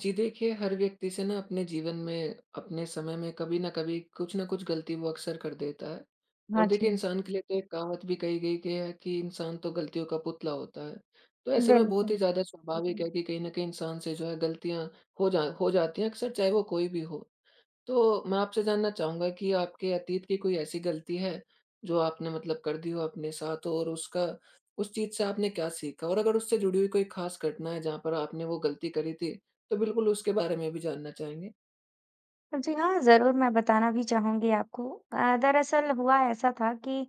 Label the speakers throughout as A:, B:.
A: जी देखिए, हर व्यक्ति से ना अपने जीवन में, अपने समय में कभी न कभी कुछ न कुछ गलती वो अक्सर कर देता है। और
B: हाँ
A: देखिए
B: जी,
A: इंसान के लिए तो एक कहावत भी कही गई कि इंसान तो गलतियों का पुतला होता है। तो ऐसे में बहुत ही
B: बिल्कुल।
A: ज़्यादा स्वाभाविक जी है कि कहीं न कहीं इंसान से जो है गलतियाँ हो जाती हैं अक्सर, चाहे वो कोई भी हो। तो मैं आपसे जानना चाहूँगा कि आपके अतीत की कोई ऐसी गलती है, जो आपने मतलब कर दी हो अपने साथ और उसका उस चीज़ से आपने क्या सीखा? और अगर उससे जुड़ी हुई कोई खास घटना है जहाँ पर आपने वो गलती करी थी, तो बिल्कुल उसके बारे में भी जानना चाहेंगे?
B: जी हाँ, ज़रूर मैं बताना भी चाहूँगी आपको। दरअसल हुआ ऐसा था कि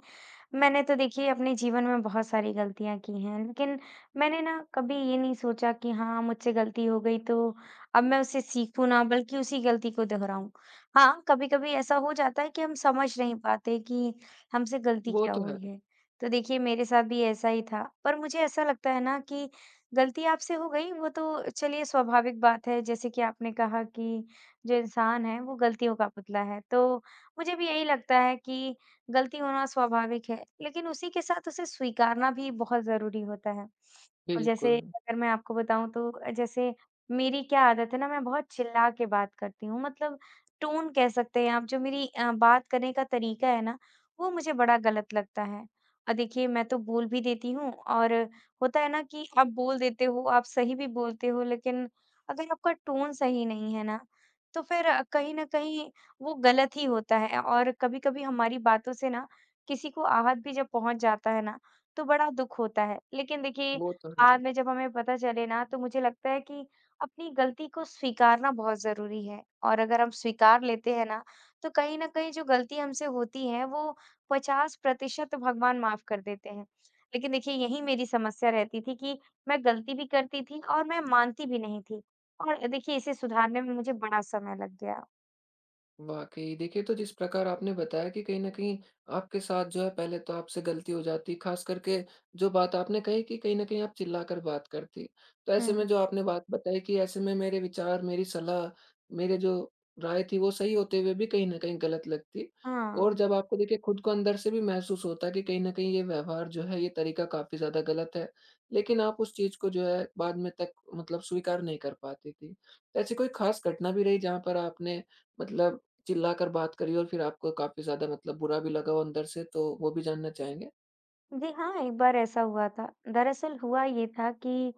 B: मैंने तो देखिए अपने जीवन में बहुत सारी गलतियाँ की हैं, लेकिन मैंने ना कभी ये नहीं सोचा कि हाँ, मुझसे गलती हो गई तो अब मैं उससे सीखूँ ना बल्कि उसी गलती को दोहराऊँ। हाँ, कभी-कभी ऐसा हो जाता है कि हम समझ नहीं पाते कि हमसे गलती
A: वो
B: क्या
A: तो है।
B: हुई है। तो देखिए मेरे साथ भी ऐसा ही था, पर मुझे ऐसा लगता है ना कि गलती आपसे हो गई वो तो चलिए स्वाभाविक बात है। जैसे कि आपने कहा कि जो इंसान है वो गलतियों का पुतला है। तो मुझे भी यही लगता है कि गलती होना स्वाभाविक है, लेकिन उसी के साथ उसे स्वीकारना भी बहुत ज़रूरी होता है। और जैसे
A: बिल्कुल।
B: अगर मैं आपको बताऊँ तो जैसे मेरी क्या आदत है ना मैं बहुत चिल्ला के बात करती हूँ मतलब टोन कह सकते हैं आप जो मेरी बात करने का तरीका है ना, वो मुझे बड़ा गलत लगता है। देखिए मैं तो बोल भी देती हूँ और होता है ना कि आप बोल देते हो, आप सही भी बोलते हो लेकिन अगर आपका टोन सही नहीं है ना, तो फिर कहीं न कहीं वो गलत ही होता है और कभी-कभी हमारी बातों से ना किसी को आहत भी जब पहुँच जाता है ना, तो बड़ा दुःख होता है। लेकिन देखिए,
A: वो तो है।
B: बाद में जब हमें पता चले ना, तो मुझे लगता है कि अपनी गलती को स्वीकारना बहुत ज़रूरी है और अगर हम स्वीकार लेते हैं ना, तो कहीं न कहीं जो गलती हमसे होती है, वो 50% भगवान माफ़ कर देते हैं। लेकिन देखिए, यही मेरी समस्या रहती थी कि मैं गलती भी करती थी और मैं मानती भी नहीं थी। और देखिए इसे सुधारने में मुझे बड़ा समय लग गया।
A: वाक़ई। देखिए, तो जिस प्रकार आपने बताया कि कहीं न कहीं आपके साथ जो है पहले तो आपसे गलती हो जाती, ख़ास करके जो बात आपने कही कि कहीं न कहीं आप चिल्लाकर बात करती। तो ऐसे
B: हुँ।
A: में जो आपने बात बताई कि ऐसे में मेरे विचार, मेरी सलाह, मेरे जो राय थी वो सही होते हुए भी कहीं न कहीं गलत लगती। और
B: हाँ।
A: जब आपको देखिए खुद को अंदर से भी महसूस होता कि कहीं न कहीं ये व्यवहार जो है, ये तरीका काफ़ी ज़्यादा गलत है, लेकिन आप उस चीज़ को जो है बाद में तक मतलब स्वीकार नहीं कर पाती थी। तो ऐसी कोई ख़ास घटना भी रही जहाँ पर आपने मतलब चिल्लाकर बात करी और फिर आपको काफ़ी ज़्यादा मतलब बुरा भी लगा हो अंदर से, तो वो भी जानना चाहेंगे?
B: जी हाँ, एक बार ऐसा हुआ था। दरअसल हुआ ये था कि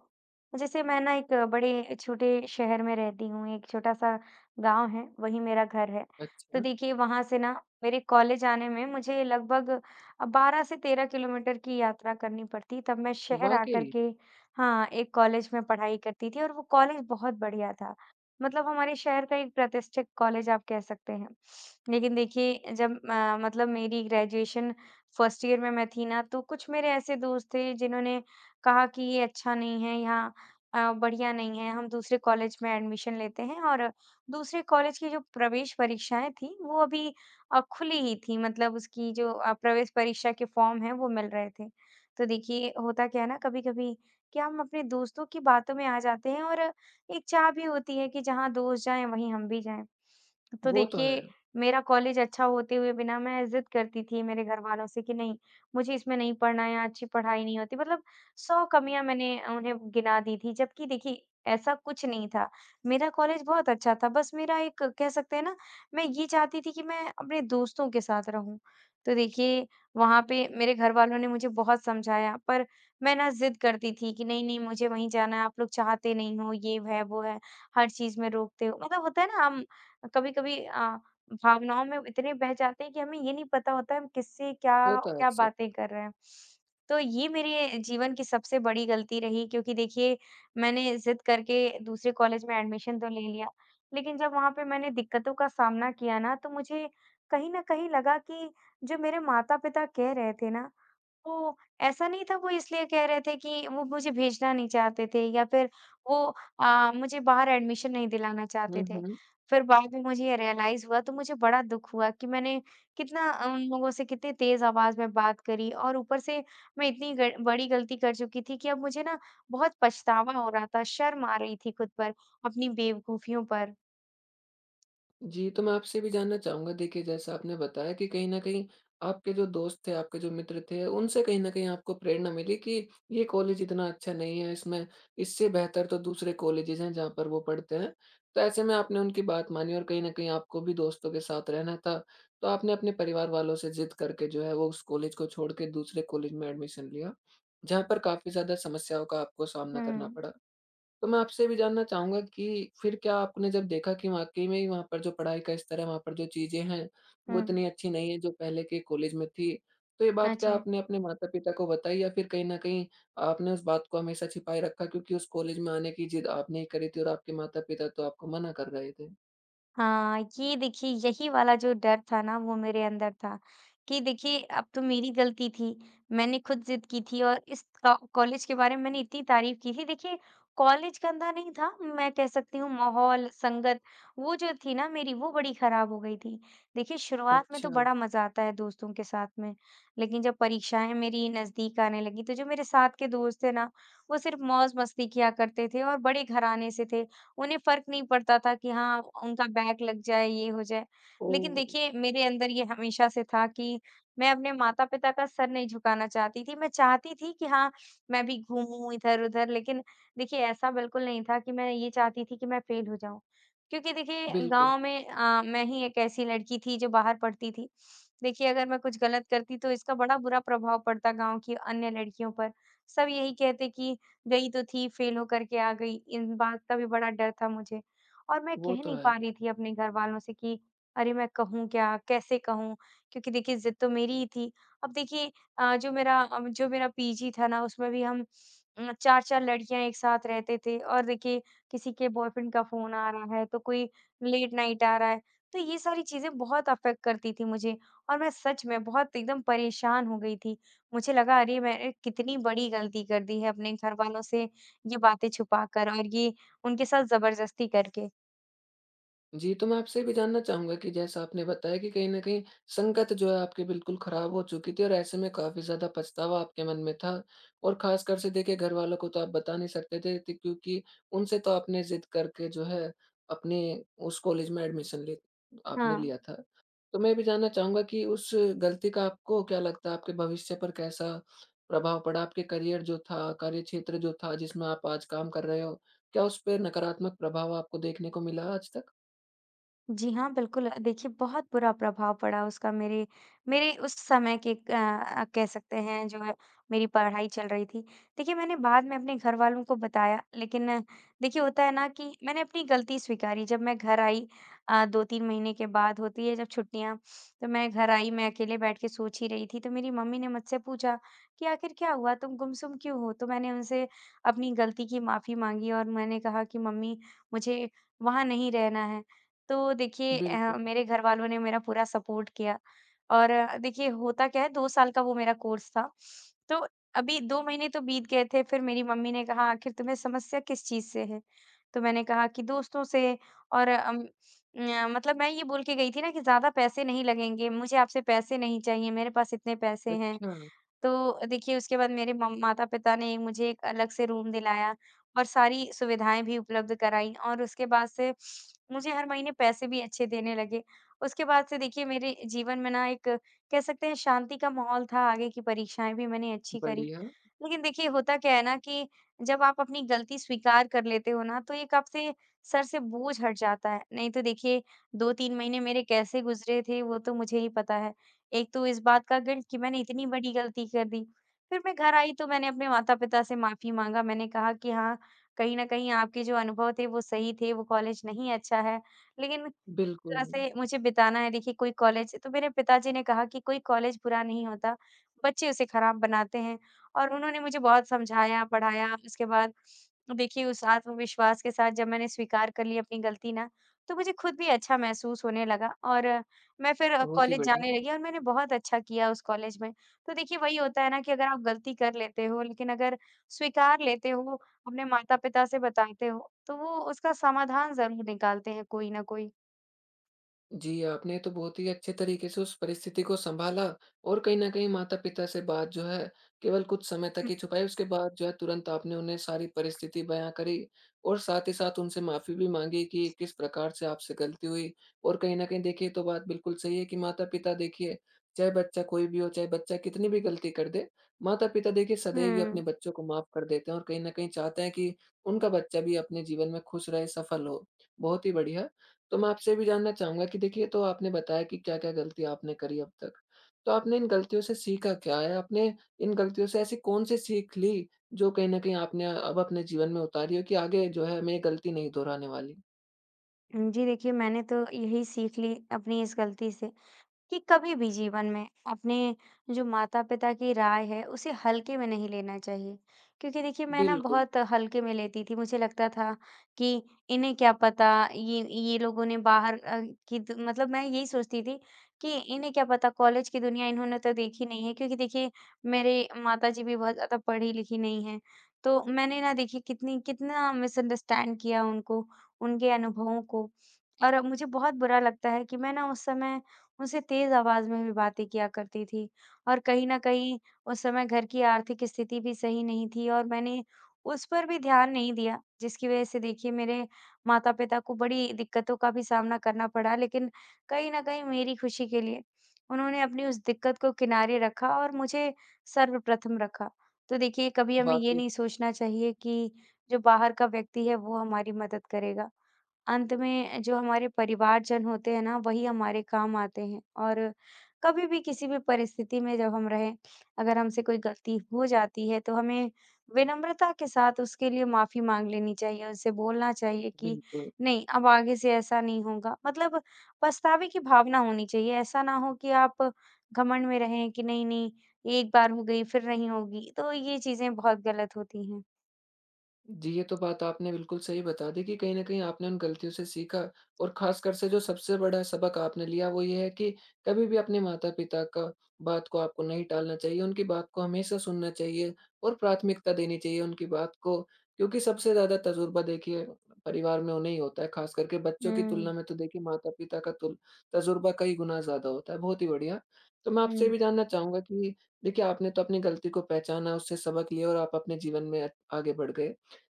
B: जैसे मैं ना एक बड़े छोटे शहर में रहती हूँ, एक छोटा-सा गाँव है, वहीं मेरा घर है। तो
A: अच्छा।
B: देखिए वहाँ से ना मेरे कॉलेज आने में मुझे लगभग 12 से 13 किलोमीटर की यात्रा करनी पड़ती। तब मैं शहर आकर
A: वाक़ई।
B: के हाँ, एक कॉलेज में पढ़ाई करती थी और वो कॉलेज बहुत बढ़िया था। मतलब हमारे शहर का एक प्रतिष्ठित कॉलेज आप कह सकते हैं। लेकिन देखिए जब मतलब मेरी ग्रेजुएशन फर्स्ट ईयर में मैं थी ना, तो कुछ मेरे ऐसे दोस्त थे जिन्होंने कहा कि ये अच्छा नहीं है, यहाँ बढ़िया नहीं है, हम दूसरे कॉलेज में एडमिशन लेते हैं और दूसरे कॉलेज की जो प्रवेश परीक्षाएँ थी, वो अभी खुली ही थी मतलब उसकी जो प्रवेश परीक्षा के फॉर्म हैं, वो मिल रहे थे। तो देखिए, होता क्या है ना कभी-कभी कि हम अपने दोस्तों की बातों में आ जाते हैं और एक चाह भी होती है कि जहाँ दोस्त जाएँ, वहीं हम भी जाएँ। तो
A: वो तो है।
B: देखिए मेरा कॉलेज अच्छा होते हुए बिना मैं ज़िद करती थी मेरे घरवालों से कि नहीं, मुझे इसमें नहीं पढ़ना है या अच्छी पढ़ाई नहीं होती, मतलब 100 कमियाँ मैंने उन्हें गिना दी थी, जबकि देखिए ऐसा कुछ नहीं था। मेरा कॉलेज बहुत अच्छा था, बस मेरा एक कह सकते हैं ना, मैं ये चाहती थी कि मैं अपने दोस्तों के साथ रहूँ। तो देखिए वहाँ पे मेरे घरवालों ने मुझे बहुत समझाया, पर मैं ना ज़िद करती थी कि नहीं-नहीं मुझे वहीं जाना है, आप लोग चाहते नहीं हो, ये है, वो है, हर चीज़ में रोकते हो। मतलब होता है ना हम कभी-कभी भावनाओं में इतने बह जाते हैं कि हमें ये नहीं पता होता है हम किससे क्या
A: होता है
B: क्या
A: अक्सर।
B: बातें कर रहे हैं। तो ये मेरे जीवन की सबसे बड़ी गलती रही क्योंकि देखिए मैंने ज़िद करके दूसरे कॉलेज में एडमिशन तो ले लिया, लेकिन जब वहाँ पे मैंने दिक्कतों का सामना किया ना तो मुझे कहीं न कहीं लगा कि जो मेरे माता-पिता कह रहे थे ना तो ऐसा नहीं था वो इसलिए कह रहे थे कि वो मुझे भेजना नहीं चाहते थे या फिर वो मुझे बाहर एडमिशन नहीं दिलाना
A: हुँ,
B: चाहते थे।
A: हुँ।
B: फिर बाद में मुझे ये रियलाइज़ हुआ तो मुझे बड़ा दुःख हुआ कि मैंने कितना उन लोगों से कितनी तेज़ आवाज़ में बात करी और ऊपर से मैं इतनी ग बड़ी गलती कर चुकी थी कि अब मुझे ना बहुत पछतावा हो रहा था, शर्म आ रही थी खुद पर, अपनी बेवकूफ़ियों पर।
A: जी, तो मैं आपसे भी जानना चाहूँगा, देखिए जैसा आपने बताया कि कहीं न कहीं आपके जो दोस्त थे, आपके जो मित्र थे, उनसे कहीं न कहीं आपको प्रेरणा मिली कि ये कॉलेज इतना अच्छा नहीं है, इसमें इससे बेहतर तो दूसरे कॉलेजेज़ हैं जहाँ पर वो पढ़ते हैं। तो ऐसे में आपने उनकी बात मानी और कहीं न कहीं आपको भी दोस्तों के साथ रहना था, तो आपने अपने परिवार वालों से ज़िद करके जो है वो उस कॉलेज को छोड़ के दूसरे कॉलेज में एडमिशन लिया, जहाँ पर काफ़ी ज़्यादा समस्याओं का आपको सामना करना
B: हुँ।
A: पड़ा। तो मैं आपसे भी जानना चाहूँगा कि फिर क्या आपने जब देखा कि वाक़ई में ही वहाँ पर जो पढ़ाई का स्तर है, वहाँ पर जो चीज़ें हैं, वो
B: हुँ।
A: इतनी अच्छी नहीं है जो पहले के कॉलेज में थी। तो ये
B: हाँ
A: बात क्या
B: जी।
A: आपने अपने माता-पिता को बताई या फिर कहीं न कहीं आपने उस बात को हमेशा छिपाए रखा, क्योंकि उस कॉलेज में आने की ज़िद आपने ही करी थी और आपके माता-पिता तो आपको मना कर रहे थे?
B: हाँ, ये देखिए यही वाला जो डर था ना वो मेरे अंदर था, कि देखिए अब तो मेरी गलती थी, मैंने खुद ज़िद की थी और इस का कॉलेज के बारे में मैंने इतनी तारीफ़ की थी। देखिए कॉलेज गंदा नहीं था, मैं कह सकती हूँ माहौल, संगत वो जो थी ना मेरी वो बड़ी ख़राब हो गई थी। देखिए शुरुआत में
A: अच्छा।
B: तो बड़ा मज़ा आता है दोस्तों के साथ में, लेकिन जब परीक्षाएँ मेरी नज़दीक आने लगी तो जो मेरे साथ के दोस्त थे ना, वो सिर्फ़ मौज-मस्ती किया करते थे और बड़े घराने से थे। उन्हें फ़र्क नहीं पड़ता था कि हाँ, उनका बैग लग जाए, ये हो जाए। लेकिन
A: ओह!
B: देखिए, मेरे अंदर ये हमेशा से था कि मैं अपने माता-पिता का सर नहीं झुकाना चाहती थी। मैं चाहती थी कि हाँ, मैं भी घूमूँ इधर-उधर लेकिन देखिए, ऐसा बिल्कुल नहीं था कि मैं ये चाहती थी कि मैं फ़ेल हो जाऊँ। क्योंकि देखिए,
A: बिल्कुल।
B: गाँव में मैं ही एक ऐसी लड़की थी जो बाहर पढ़ती थी। देखिए, अगर मैं कुछ गलत करती तो इसका बड़ा बुरा प्रभाव पड़ता गाँव की अन्य लड़कियों पर। सब यही कहते कि गई तो थी, फेल होकर के आ गई, इन बात का भी बड़ा डर था मुझे। और मैं
A: वो
B: कह
A: तो
B: नहीं
A: है।
B: पा रही थी अपने घरवालों से कि अरे! मैं कहूँ क्या? कैसे कहूँ? क्योंकि देखिए ज़िद तो मेरी ही थी। अब देखिए जो मेरा पीजी था ना उसमें भी हम 4-4 लड़कियाँ एक साथ रहते थे और देखिए किसी के बॉयफ्रेंड का फ़ोन आ रहा है, तो कोई लेट नाइट आ रहा है, तो ये सारी चीज़ें बहुत अफ़ेक्ट करती थी मुझे और मैं सच में बहुत एकदम परेशान हो गई थी। मुझे लगा अरे मैंने कितनी बड़ी गलती कर दी है अपने घरवालों से ये बातें छुपा कर और ये उनके साथ ज़बरदस्ती करके।
A: जी, तो मैं आपसे ये भी जानना चाहूँगा कि जैसा आपने बताया कि कहीं न कहीं संगत जो है आपकी बिल्कुल ख़राब हो चुकी थी और ऐसे में काफ़ी ज़्यादा पछतावा आपके मन में था। और ख़ासकर से देखिए घरवालों को तो आप बता नहीं सकते थे त क्योंकि उनसे तो आपने ज़िद करके जो है अपने उस कॉलेज में एडमिशन ले
B: हाँ।
A: आपने लिया था। तो मैं ये भी जानना चाहूँगा कि उस गलती का आपको क्या लगता है आपके भविष्य पर कैसा प्रभाव पड़ा? आपके करियर जो था, कार्यक्षेत्र जो था जिसमें आप आज काम कर रहे हो, क्या उस पे नकारात्मक प्रभाव आपको देखने को मिला आज तक?
B: जी हाँ, बिल्कुल देखिए बहुत बुरा प्रभाव पड़ा उसका मेरे मेरे उस समय के कह सकते हैं जो है मेरी पढ़ाई चल रही थी। देखिए मैंने बाद में अपने घरवालों को बताया लेकिन देखिए होता है ना कि मैंने अपनी गलती स्वीकारी जब मैं घर आई 2-3 महीने के बाद होती है जब छुट्टियाँ, तो मैं घर आई, मैं अकेले बैठ के सोच ही रही थी तो मेरी मम्मी ने मुझसे पूछा कि आखिर क्या हुआ? तुम गुमसुम क्यों हो? तो मैंने उनसे अपनी गलती की माफ़ी माँगी और मैंने कहा कि मम्मी मुझे वहाँ नहीं रहना है। तो देखिए
A: बिल्कुल।
B: मेरे घर वालों ने मेरा पूरा सपोर्ट किया और देखिए होता क्या है 2 साल का वो मेरा कोर्स था। तो अभी 2 महीने तो बीत गए थे फिर मेरी मम्मी ने कहा आखिर तुम्हें समस्या किस चीज़ से है? तो मैंने कहा कि दोस्तों से और मतलब मैं ये बोल के गई थी ना कि ज़्यादा पैसे नहीं लगेंगे, मुझे आपसे पैसे नहीं चाहिए, मेरे पास इतने पैसे हैं।
A: अच्छा।
B: तो देखिए उसके बाद मेरे मम माता-पिता ने मुझे एक अलग से रूम दिलाया और सारी सुविधाएँ भी उपलब्ध कराईं और उसके बाद से मुझे हर महीने पैसे भी अच्छे देने लगे। उसके बाद से देखिए मेरे जीवन में ना एक कह सकते हैं शांति का माहौल था, आगे की परीक्षाएँ भी मैंने अच्छी करी।
A: बढ़िया।
B: लेकिन देखिए होता क्या है ना कि जब आप अपनी गलती स्वीकार कर लेते हो ना, तो एक आपसे सर से बोझ हट जाता है। नहीं तो देखिए 2-3 महीने मेरे कैसे गुज़रे थे, वो तो मुझे ही पता है। एक तो इस बात का गिल्ट कि मैंने इतनी बड़ी गलती कर दी। फिर मैं घर आई तो मैंने अपने माता-पिता से माफ़ी माँगा, मैंने कहा कि हाँ, कहीं न कहीं आपके जो अनुभव थे वो सही थे, वो कॉलेज नहीं अच्छा है। लेकिन
A: बिल्कुल।
B: तरह से मुझे बिताना है देखिए कोई कॉलेज तो मेरे पिताजी ने कहा कि कोई कॉलेज बुरा नहीं होता, बच्चे उसे खराब बनाते हैं और उन्होंने मुझे बहुत समझाया, पढ़ाया। उसके बाद देखिए उस आत्मविश्वास के साथ जब मैंने स्वीकार कर ली अपनी गलती ना, तो मुझे खुद भी अच्छा महसूस होने लगा और मैं फिर
A: बहुत ही
B: कॉलेज
A: बढ़िया।
B: जाने लगी और मैंने बहुत अच्छा किया उस कॉलेज में। तो देखिए वही होता है ना कि अगर आप गलती कर लेते हो, लेकिन अगर स्वीकार लेते हो, अपने माता-पिता से बताते हो, तो वो उसका समाधान ज़रूर निकालते हैं कोई ना कोई।
A: जी, आपने तो बहुत ही अच्छे तरीके से उस परिस्थिति को सँभाला और कहीं न कहीं माता-पिता से बात जो है केवल कुछ समय तक ही छुपाई, उसके बाद जो है तुरंत आपने उन्हें सारी परिस्थिति बयाँ करी और साथ ही साथ उनसे माफ़ी भी माँगी कि किस प्रकार से आपसे गलती हुई। और कहीं न कहीं देखिए, ये तो बात बिल्कुल सही है कि माता-पिता देखिए, चाहे बच्चा कोई भी हो, चाहे बच्चा कितनी भी गलती कर दे, माता-पिता देखिए सदैव ही अपने
B: हुँ।
A: बच्चों को माफ़ कर देते हैं और कहीं न कहीं चाहते हैं कि उनका बच्चा भी अपने जीवन में खुश रहे, सफल हो। बहुत ही बढ़िया। तो मैं आपसे ये भी जानना चाहूँगा कि देखिए तो आपने बताया कि क्या-क्या गलती आपने करी अब तक। तो आपने इन गलतियों से सीखा क्या है? आपने इन गलतियों से ऐसी कौन-सी सीख ली जो कहीं न कहीं आपने अब अपने जीवन में उतारी हो कि आगे जो है मैं ये गलती नहीं दोहराने वाली?
B: जी देखिए, मैंने तो यही सीख ली अपनी इस गलती से, कि कभी भी जीवन में अपने जो माता-पिता की राय है, उसे हल्के में नहीं लेना चाहिए। क्योंकि देखिए मैं ना
A: बिल्कुल।
B: बहुत हल्के में लेती थी, मुझे लगता था कि इन्हें क्या पता, ये लोगों ने बाहर की द मतलब मैं यही सोचती थी कि इन्हें क्या पता कॉलेज की दुनिया इन्होंने तो देखी नहीं है क्योंकि देखिए मेरे माताजी भी बहुत ज़्यादा पढ़ी-लिखी नहीं हैं। तो मैंने ना देखिए कितनी कितना मिसअंडरस्टैंड किया उनको, उनके अनुभवों को और मुझे बहुत बुरा लगता है कि मैं ना उस समय उनसे तेज आवाज़ में भी बातें किया करती थी। और कहीं न कहीं उस समय घर की आर्थिक स्थिति भी सही नहीं थी और मैंने उस पर भी ध्यान नहीं दिया, जिसकी वज़ह से देखिए मेरे माता-पिता को बड़ी दिक्कतों का भी सामना करना पड़ा। लेकिन कहीं न कहीं मेरी खुशी के लिए उन्होंने अपनी उस दिक्कत को किनारे रखा और मुझे सर्वप्रथम रखा। तो देखिए, कभी हमें ये
A: वाक़ई।
B: नहीं सोचना चाहिए कि जो बाहर का व्यक्ति है, वो हमारी मदद करेगा। अंत में जो हमारे परिवारजन होते हैं ना, वही हमारे काम आते हैं और कभी भी किसी भी परिस्थिति में जब हम रहें, अगर हमसे कोई गलती हो जाती है, तो हमें विनम्रता के साथ उसके लिए माफ़ी माँग लेनी चाहिए, उनसे बोलना चाहिए कि
A: बिल्कुल।
B: नहीं, अब आगे से ऐसा नहीं होगा। मतलब पछतावे की भावना होनी चाहिए, ऐसा ना हो कि आप घमंड में रहें कि नहीं-नहीं, एक बार हो गई, फिर नहीं होगी, तो ये चीज़ें बहुत गलत होती हैं।
A: जी, ये तो बात आपने बिल्कुल सही बता दी कि कहीं न कहीं आपने उन गलतियों से सीखा और ख़ासकर से जो सबसे बड़ा सबक आपने लिया वो ये है कि कभी भी अपने माता-पिता का बात को आपको नहीं टालना चाहिए, उनकी बात को हमेशा सुनना चाहिए और प्राथमिकता देनी चाहिए उनकी बात को। क्योंकि सबसे ज़्यादा तजुर्बा देखिए परिवार में उन्हें ही होता है, ख़ास करके बच्चों की
B: हुँ,
A: तुलना में तो देखिए माता-पिता का तुल तजुर्बा कई गुना ज़्यादा होता है। बहुत ही बढ़िया। तो मैं आपसे ये
B: हुँ,
A: भी जानना चाहूँगा कि देखिए आपने तो अपनी गलती को पहचाना, उससे सबक लिया और आप अपने जीवन में आगे बढ़ गए।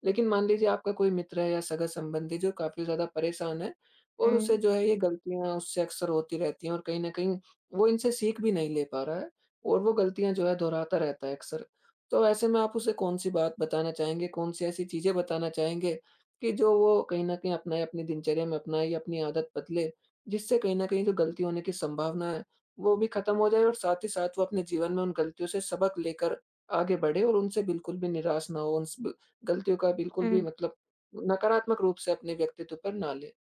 A: लेकिन मान लीजिए आपका कोई मित्र है या सगा-संबंधी जो काफ़ी ज़्यादा परेशान है और उसे
B: हुँ।
A: जो है ये गलतियाँ उससे अक्सर होती रहती हैं और कहीं न कहीं वो इनसे सीख भी नहीं ले पा रहा है और वो गलतियाँ जो है दोहराता रहता है अक्सर। तो ऐसे में आप उसे कौन-सी बात बताना चाहेंगे, कौन-सी ऐसी चीज़ें बताना चाहेंगे कि जो वो कहीं न कहीं अपनाए, अपनी दिनचर्या में अपनाए या अपनी आदत बदले, जिससे कहीं न कहीं जो गलती होने की संभावना है, वो भी खत्म हो जाए और साथ ही साथ वो अपने जीवन में उन गलतियों से सबक लेकर आगे बढ़े और उनसे बिल्कुल भी निराश ना हो, उनस गलतियों का बिल्कुल भी
B: हुँ।
A: मतलब नकारात्मक रूप से अपने व्यक्तित्व पर ना ले।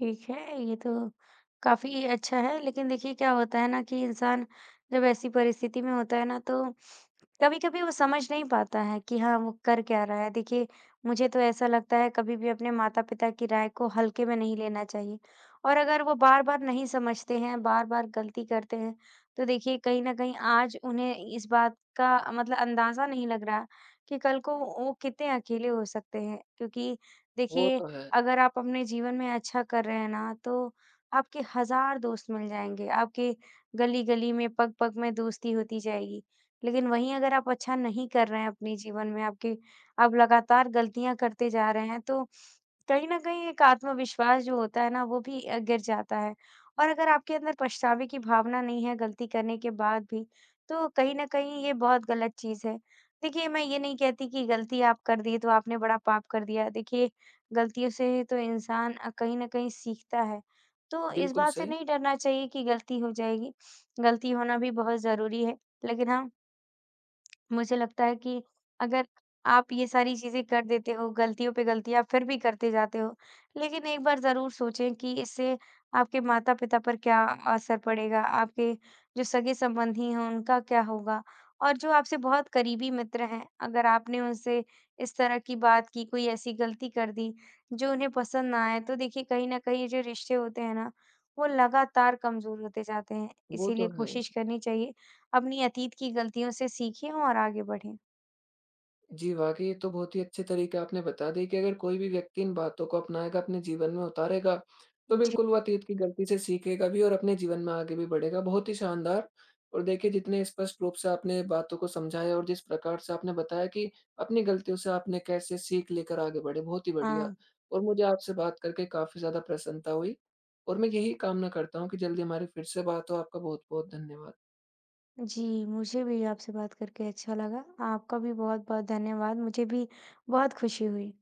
B: ठीक है, ये तो काफ़ी अच्छा है। लेकिन देखिए क्या होता है ना कि इंसान जब ऐसी परिस्थिति में होता है ना तो कभी-कभी वो समझ नहीं पाता है कि हाँ, वो कर क्या रहा है। देखिए, मुझे तो ऐसा लगता है कभी भी अपने माता-पिता की राय को हल्के में नहीं लेना चाहिए और अगर वो बार-बार नहीं समझते हैं, बार-बार गलती करते हैं, तो देखिए कहीं न कहीं आज उन्हें इस बात का मतलब अंदाज़ा नहीं लग रहा कि कल को वो कितने अकेले हो सकते हैं। क्योंकि
A: वो
B: देखिए
A: तो है।
B: अगर आप अपने जीवन में अच्छा कर रहे हैं ना, तो आपके हज़ार दोस्त मिल जाएँगे, आपके गली-गली में, पग-पग में दोस्ती होती जाएगी। लेकिन वहीं अगर आप अच्छा नहीं कर रहे हैं अपने जीवन में, आपके आप लगातार गलतियाँ करते जा रहे हैं, तो कहीं न कहीं एक आत्मविश्वास जो होता है ना, वो भी गिर जाता है। और अगर आपके अंदर पछतावे की भावना नहीं है गलती करने के बाद भी, तो कहीं न कहीं ये बहुत गलत चीज़ है। देखिए, मैं ये नहीं कहती कि गलती आप कर दी, तो आपने बड़ा पाप कर दिया। देखिए, गलतियों से तो इंसान कहीं न कहीं सीखता है। तो इस
A: बिल्कुल
B: बात से
A: सही।
B: नहीं डरना चाहिए कि गलती हो जाएगी, गलती होना भी बहुत ज़रूरी है। लेकिन हाँ, मुझे लगता है कि अगर आप ये सारी चीज़ें कर देते हो, गलतियों पे गलतियाँ फिर भी करते जाते हो, लेकिन एक बार ज़रूर सोचें कि इससे आपके माता-पिता पर क्या असर पड़ेगा, आपके जो सगे-संबंधी हैं, उनका क्या होगा? और जो आपसे बहुत करीबी मित्र हैं, अगर आपने उनसे इस तरह की बात की, कोई ऐसी गलती कर दी, जो उन्हें पसंद ना आए, तो देखिए कहीं न कहीं ये जो रिश्ते होते हैं ना, वो लगातार कमज़ोर होते जाते हैं।
A: वो तो
B: इसीलिए
A: है।
B: कोशिश करनी चाहिए अपनी अतीत की गलतियों से सीखें और आगे बढ़ें।
A: जी, वाक़ई ये तो बहुत ही अच्छे तरीके आपने बता दिए कि अगर कोई भी व्यक्ति इन बातों को अपनाएगा, अपने जीवन में उतारेगा, तो
B: जी।
A: बिल्कुल वो अतीत की गलती से सीखेगा भी और अपने जीवन में आगे भी बढ़ेगा। बहुत ही शानदार। और देखिए जितने स्पष्ट रूप से आपने बातों को समझाया और जिस प्रकार से आपने बताया कि अपनी गलतियों से आपने कैसे सीख लेकर आगे बढ़े, बहुत ही बढ़िया।
B: हाँ,
A: और मुझे आपसे बात करके काफ़ी ज़्यादा प्रसन्नता हुई और मैं यही कामना करता हूँ कि जल्दी हमारी फिर से बात हो। आपका बहुत-बहुत धन्यवाद।
B: जी, मुझे भी आपसे बात करके अच्छा लगा। आपका भी बहुत-बहुत धन्यवाद। मुझे भी बहुत खुशी हुई।